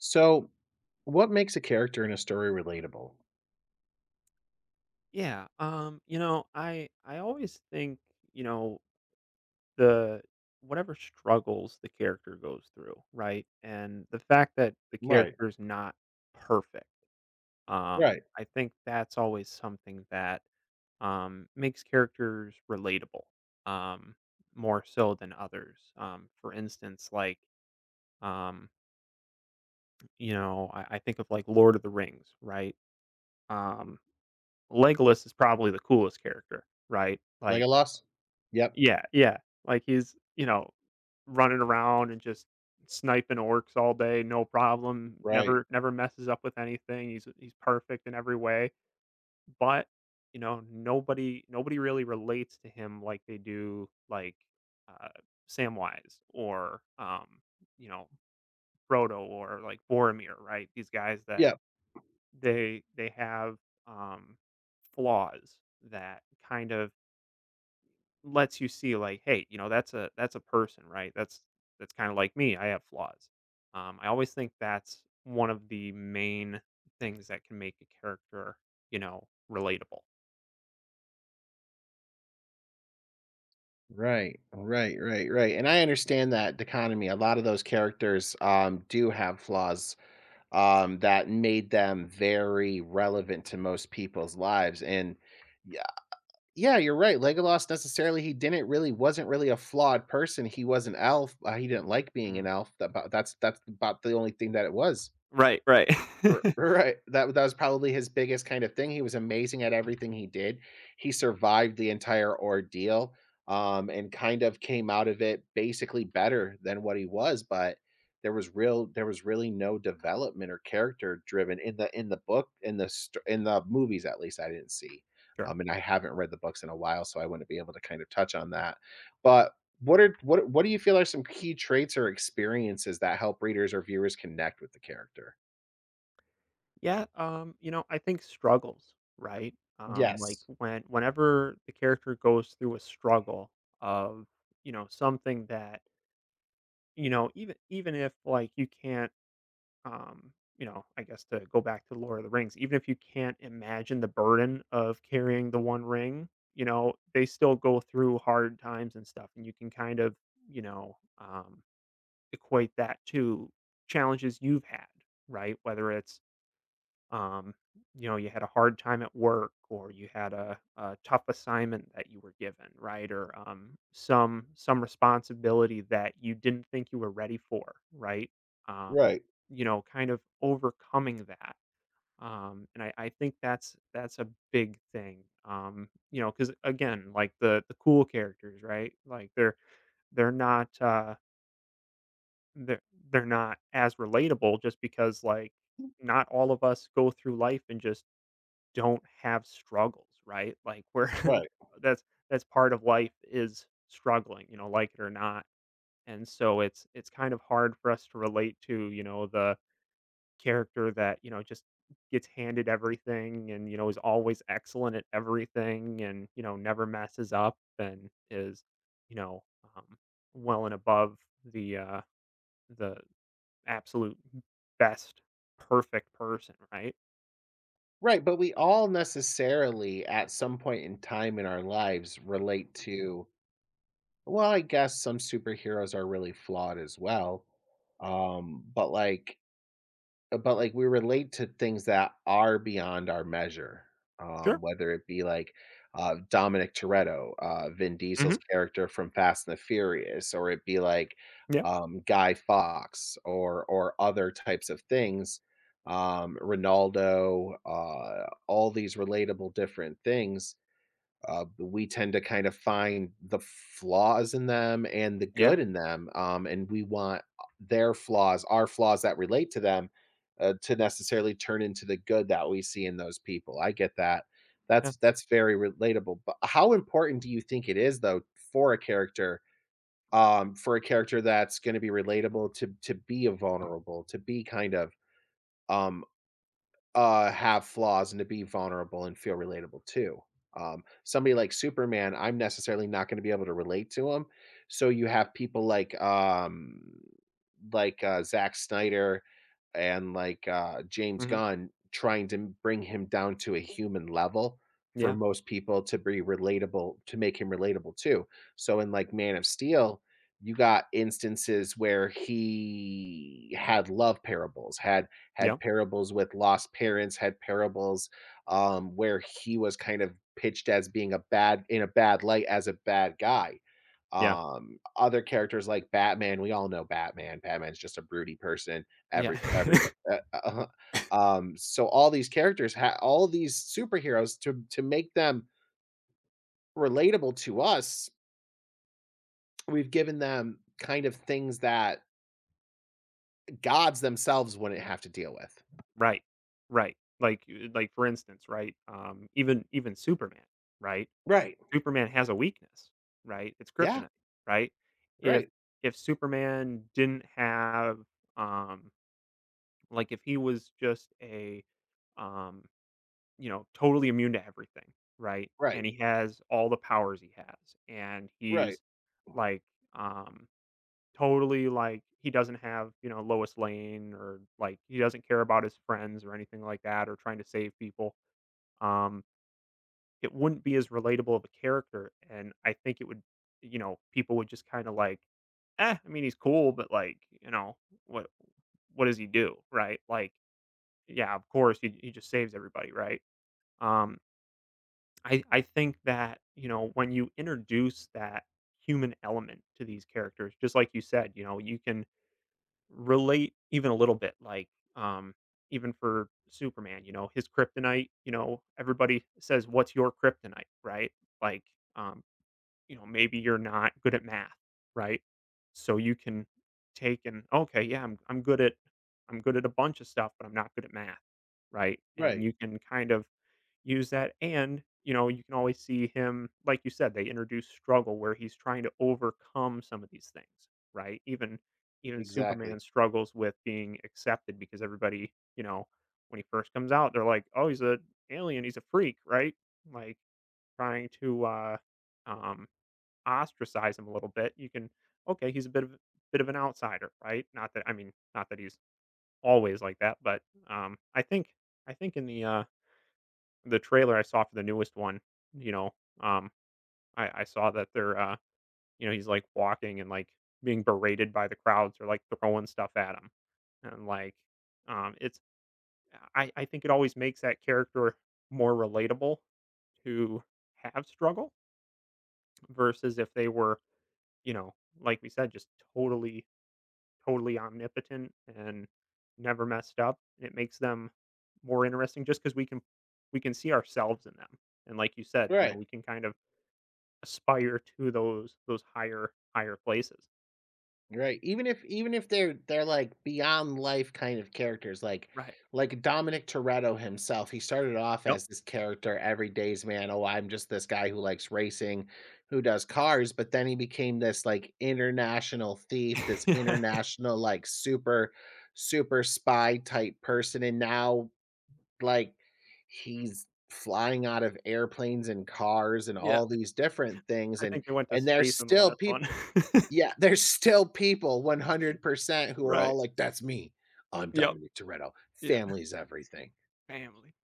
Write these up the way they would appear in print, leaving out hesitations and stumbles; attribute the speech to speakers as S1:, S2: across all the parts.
S1: So, what makes a character in a story relatable?
S2: Yeah, I always think, you know, the whatever struggles the character goes through, right? And the fact that the
S1: Right,
S2: character is not perfect,
S1: right.
S2: I think that's always something that makes characters relatable, um, more so than others. For instance, um, I think of like Lord of the Rings, right? Um, Legolas is probably the coolest character, right? Like
S1: Legolas? Yep,
S2: yeah, yeah. Like he's, you know, running around and just sniping orcs all day, no problem.
S1: right.
S2: Never messes up with anything. He's perfect in every way. But, you know, nobody really relates to him like they do like uh Samwise or you know, Frodo or like Boromir, right? These guys that
S1: Yep,
S2: they have um flaws that kind of lets you see like, "Hey, you know, that's a person, right? That's kinda like me, I have flaws." I always think that's one of the main things that can make a character, you know, relatable.
S1: right, right, right, right, and I understand that dichotomy. A lot of those characters, do have flaws, that made them very relevant to most people's lives, and yeah, yeah, you're right. Legolas necessarily he didn't really wasn't really a flawed person. He was an elf, he didn't like being
S2: Mm.
S1: an elf, that's about the only thing that it was.
S2: Right, right.
S1: R right. That was probably his biggest kind of thing. He was amazing at everything he did. He survived the entire ordeal, and kind of came out of it basically better than what he was, but there was really no development or character driven in the book, in the sto in the movies, at least I didn't see.
S2: Sure.
S1: And I haven't read the books in a while, so I wouldn't be able to kind of touch on that. But what do you feel are some key traits or experiences that help readers or viewers connect with the character?
S2: Yeah, you know, I think struggles, right? Like,
S1: Yes.
S2: when whenever the character goes through a struggle of, you know, something that, you know, even if, like, you can't you know, I guess to go back to Lord of the Rings, even if you can't imagine the burden of carrying the one ring, you know, they still go through hard times and stuff. And you can kind of, you know, equate that to challenges you've had, right? Whether it's, um, you know, you had a hard time at work or you had a tough assignment that you were given, right? Or some responsibility that you didn't think you were ready for, right? Um,
S1: Right,
S2: you know, kind of overcoming that. And I think that's a big thing. You know, because again, like the cool characters, right? Like they're not uh, they're they're not as relatable just because like not all of us go through life and just don't have struggles, right? Like we're
S1: right.
S2: that's that's part of life is struggling, you know, like it or not. And so it's kind of hard for us to relate to, you know, the character that, you know, just gets handed everything and, you know, is always excellent at everything and, you know, never messes up and is, you know, um, well and above the uh the absolute best perfect person, right?
S1: Right, but we all necessarily, at some point in time in our lives, relate to, well, I guess some superheroes are really flawed as well, but, but, like, we relate to things that are beyond our measure,
S2: Sure.
S1: whether it be, like, Dominic Toretto, Vin Diesel's
S2: Hmm.
S1: character from Fast and the Furious, or it be, like,
S2: Yeah.
S1: Guy Fox, or other types of things, Ronaldo, all these relatable different things, we tend to kind of find the flaws in them and the good
S2: Yeah.
S1: in them, and we want their flaws, our flaws that relate to them, to necessarily turn into the good that we see in those people. I get that.
S2: Yeah.
S1: That's very relatable. But how important do you think it is though for a character, for a character that's going to be relatable to be a vulnerable, to be kind of um have flaws and to be vulnerable and feel relatable too. Somebody like Superman, I'm necessarily not going to be able to relate to him. So you have people like, like, Zack Snyder, and like, James
S2: Hmm.
S1: Gunn, trying to bring him down to a human level for
S2: Yeah.
S1: most people to be relatable, to make him relatable too. So in like Man of Steel, you got instances where he had love parables,
S2: Yeah,
S1: had parables with lost parents, had parables, where he was kind of pitched as being a bad in a bad light as a bad guy.
S2: yeah,
S1: Other characters like Batman, we all know Batman. Batman's just a broody person.
S2: yeah.
S1: Every uh, uh, so all these characters, all these superheroes, to make them relatable to us, we've given them kind of things that gods themselves wouldn't have to deal with.
S2: Right, right. Like, for instance, right, even Superman, right?
S1: Right.
S2: Superman has a weakness, right? It's
S1: Yeah.
S2: kryptonite, right? If
S1: Right.
S2: if Superman didn't have, um like, if he was just a, um, you know, totally immune to everything, right? And
S1: Right.
S2: he has all the powers he has, and
S1: Right.
S2: he's, like, um totally, like, he doesn't have, you know, Lois Lane or, like, he doesn't care about his friends or anything like that or trying to save people. Um, it wouldn't be as relatable of a character, and I think it would, you know, people would just kinda like, "Eh, I mean, he's cool, but, like, you know, what what does he do?" Right? Like, yeah, of course, he just saves everybody, right? Um, I think that, you know, when you introduce that human element to these characters, just like you said, you know, you can relate even a little bit like um even for Superman, you know, his kryptonite, you know, everybody says what's your kryptonite, right? Like, um you know, maybe you're not good at math, right? So you can take and okay, yeah, I'm good at a bunch of stuff, but I'm not good at math, right? And
S1: Right.
S2: you can kind of use that, and you know, you can always see him like you said, they introduce struggle where he's trying to overcome some of these things, right? Even Superman
S1: Exactly.
S2: struggles with being accepted, because everybody, you know, when he first comes out, they're like, oh, he's a alien, he's a freak, right? Like, trying to um ostracize him a little bit. You can, okay, he's a bit of an outsider, right? Not that, I mean, not that he's always like that, but um i think I think in the trailer I saw for the newest one, you know, um, I saw that they're, you know, he's like walking and like being berated by the crowds or like throwing stuff at him, and like, it's, I think it always makes that character more relatable to have struggle versus if they were, you know, like we said, just totally totally omnipotent and never messed up. It makes them more interesting just because we can see ourselves in them, and like you said, you know,
S1: Right.
S2: we can kind of aspire to those higher places.
S1: Right. Even if they're they're like beyond life kind of characters,
S2: Right.
S1: like Dominic Toretto himself, he started off
S2: Yep.
S1: as this character, everyday's man. Oh, I'm just this guy who likes racing, who does cars, but then he became this like international thief, this
S2: Yeah.
S1: international like super super spy type person, and now like he's flying out of airplanes and cars and
S2: Yeah.
S1: all these different things,
S2: I think they went to
S1: and there's
S2: space in the
S1: still
S2: last one.
S1: people. Yeah, there's still people 100% who are
S2: Right.
S1: all like, "That's me. I'm
S2: Yep.
S1: Dominic Toretto.
S2: Yeah.
S1: Family's everything."
S2: Family.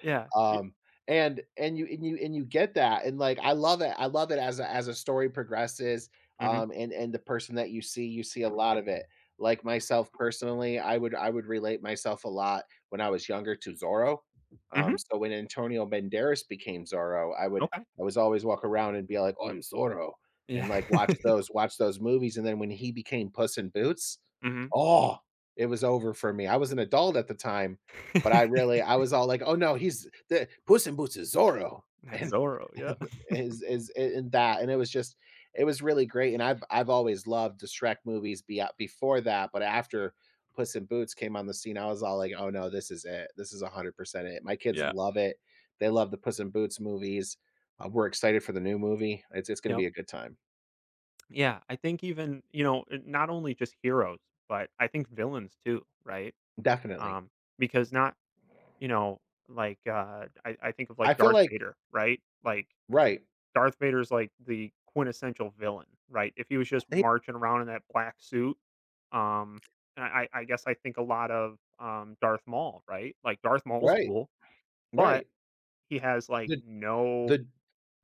S2: Yeah. Y
S1: Um, and you and you and you get that, and like I love it. I love it as a story progresses.
S2: mhm.
S1: And the person that you see a lot of it. Like myself personally, I would relate myself a lot when I was younger to Zorro.
S2: Mhm.
S1: So when Antonio Banderas became Zorro, I would,
S2: Okay.
S1: I was always walk around and be like, "Oh, I'm Zorro,"
S2: Yeah.
S1: and like watch those, watch those movies. And then when he became Puss in Boots,
S2: Mhm.
S1: oh, it was over for me. I was an adult at the time, but I really, I was all like, "Oh, no, he's the Puss in Boots is Zorro."
S2: That's Zorro, yeah.
S1: And is in that, and it was just it was really great, and I've always loved the Shrek movies, be before that, but after Puss in Boots came on the scene, I was all like, "Oh, no, this is it. This is 100% it." My kids
S2: Yeah.
S1: love it. They love the Puss in Boots movies. We're excited for the new movie. It's gonna
S2: Yep.
S1: be a good time.
S2: Yeah, I think even, you know, eh, not only just heroes, but I think villains too, right?
S1: Definitely.
S2: Um, because not, you know, like, I think of, like,
S1: I feel
S2: Darth
S1: like
S2: Vader, right? Like
S1: Right.
S2: Darth Vader's like the quintessential villain, right? If he was just
S1: Hey,
S2: marching around in that black suit, um, and I guess I think a lot of Darth Maul, right? Like Darth Maul's
S1: right,
S2: cool, but
S1: right.
S2: he has like
S1: The
S2: no
S1: the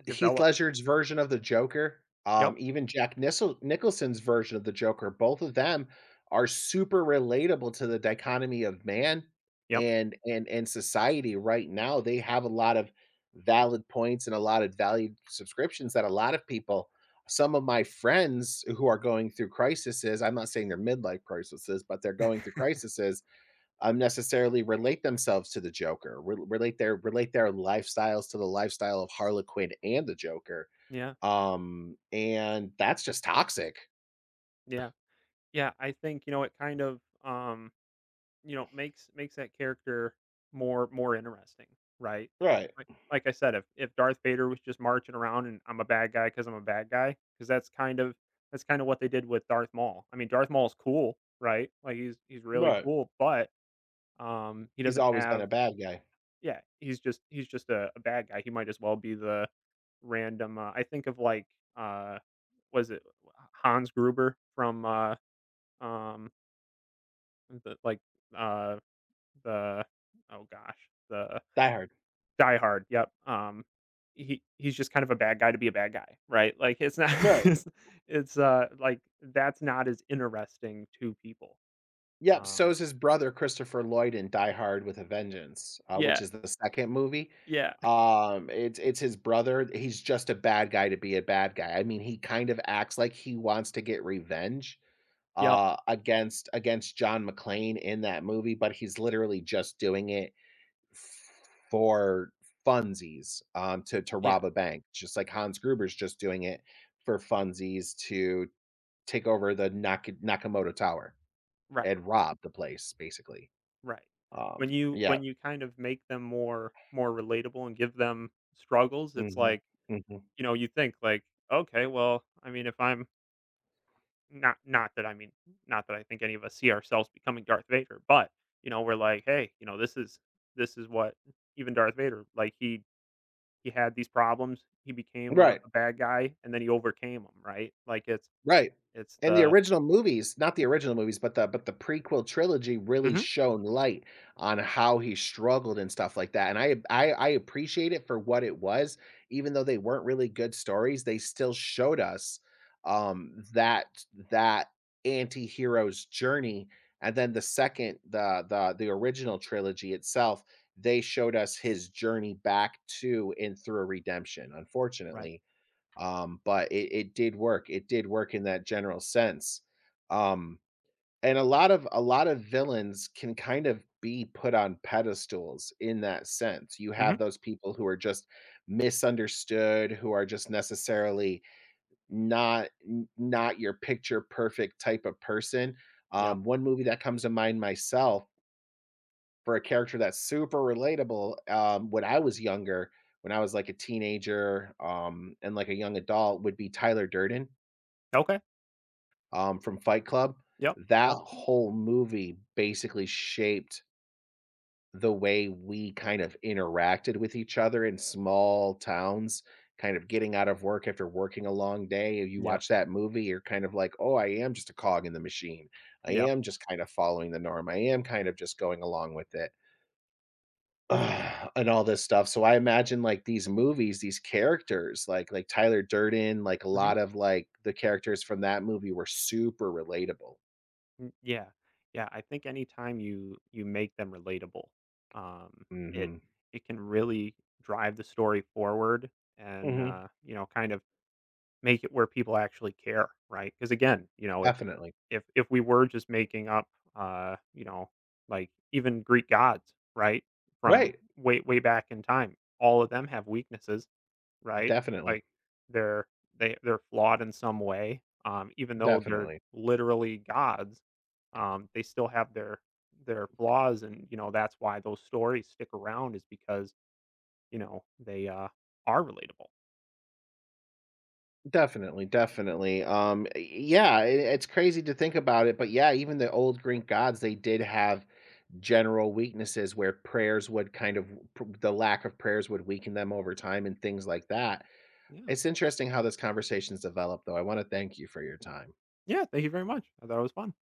S1: Heath
S2: development.
S1: Ledger's version of the Joker,
S2: Yep,
S1: even Jack Nissel Nicholson's version of the Joker, both of them are super relatable to the dichotomy of man
S2: yep,
S1: and society right now. They have a lot of valid points and a lot of valued subscriptions that a lot of people, some of my friends who are going through crises, I'm not saying they're midlife crises, but they're going through crises, necessarily relate themselves to the Joker, relate their lifestyles to the lifestyle of Harley Quinn and the Joker.
S2: yeah,
S1: And that's just toxic.
S2: yeah, yeah. I think you know it kind of, you know, makes that character more interesting, right?
S1: Right.
S2: Like I said, if Darth Vader was just marching around and I'm a bad guy because I'm a bad guy, because that's kind of what they did with Darth Maul. I mean, Darth Maul's cool, right? Like he's really
S1: Right.
S2: cool, but he
S1: He's
S2: doesn't
S1: always been a
S2: have,
S1: bad guy.
S2: yeah, he's just he's just a bad guy. He might as well be the random. I think of like uh, was it Hans Gruber from um the, uh, the oh gosh, the
S1: Die Hard.
S2: Die Hard. Yep. He he's just kind of a bad guy to be a bad guy, right? Like it's not
S1: Right.
S2: it's, it's like that's not as interesting to people.
S1: Yep.
S2: Um,
S1: So's his brother Christopher Lloyd in Die Hard with a Vengeance,
S2: yeah,
S1: which is the second movie.
S2: yeah,
S1: It's his brother. He's just a bad guy to be a bad guy. I mean, he kind of acts like he wants to get revenge,
S2: yep,
S1: against John McClane in that movie, but he's literally just doing it for funsies to
S2: yeah,
S1: rob a bank, just like Hans Gruber's just doing it for funsies to take over the Nakamoto Tower
S2: right,
S1: and rob the place basically.
S2: right.
S1: Um, yeah.
S2: When you kind of make them more relatable and give them struggles, it's
S1: Mhm.
S2: like,
S1: Mhm.
S2: you know, you think like, okay, well, I mean, if I'm, not not that I mean, not that I think any of us see ourselves becoming Darth Vader, but, you know, we're like, "Hey, you know, this is what," even Darth Vader, like, he had these problems, he became a
S1: Right.
S2: a bad guy, and then he overcame them, right? Like,
S1: Right.
S2: it's
S1: And the
S2: the
S1: original movies Not the original movies, but the prequel trilogy really
S2: mhm,
S1: shone light on how he struggled and stuff like that, and I appreciate it for what it was, even though they weren't really good stories, they still showed us, um, that that antihero's journey, and then the the original trilogy itself, they showed us his journey back to and through redemption.
S2: right.
S1: Unfortunately, but it did work. It did work in that general sense. Um, and a lot of villains can kind of be put on pedestals in that sense. You
S2: Mhm,
S1: have those people who are just misunderstood, who are just necessarily not your picture perfect type of person.
S2: yep.
S1: One movie that comes to mind myself for a character that's super relatable, when I was younger, when I was like a teenager, and like a young adult, would be Tyler Durden,
S2: Okay.
S1: from Fight Club.
S2: Yep,
S1: That
S2: yep,
S1: whole movie basically shaped the way we kind of interacted with each other in small towns, kind of getting out of work after working a long day. If you
S2: yep,
S1: watch that movie, you're kind of like, oh, I am just a cog in the machine. I
S2: yep.
S1: am just kind of following the norm. I am kind of just going along with it. Ugh, and all this stuff. So I imagine like these movies, these characters, like Tyler Durden, like a
S2: Mhm,
S1: lot of like the characters from that movie were super relatable.
S2: mm, yeah. Yeah, I think anytime you make them relatable, um, it
S1: hmm
S2: can really drive the story forward and,
S1: Mhm.
S2: you know, kind of make it where people actually care, right? Because again, you know, if
S1: Definitely.
S2: if if we were just making up, you know, like even Greek gods, right, from
S1: Right.
S2: way back in time, all of them have weaknesses, right?
S1: Definitely.
S2: Like they're they're flawed in some way, even though they're
S1: Definitely.
S2: literally gods, they still have their flaws, and you know that's why those stories stick around is because, you know, they are relatable.
S1: Definitely, definitely. Y Yeah, I it's crazy to think about it, but yeah, even the old Greek gods, they did have general weaknesses where prayers would kind of p the lack of prayers would weaken them over time and things like that.
S2: Yeah,
S1: It's interesting how this conversation's developed, though. I wanna thank you for your time.
S2: yeah. Thank you very much. I thought it was fun.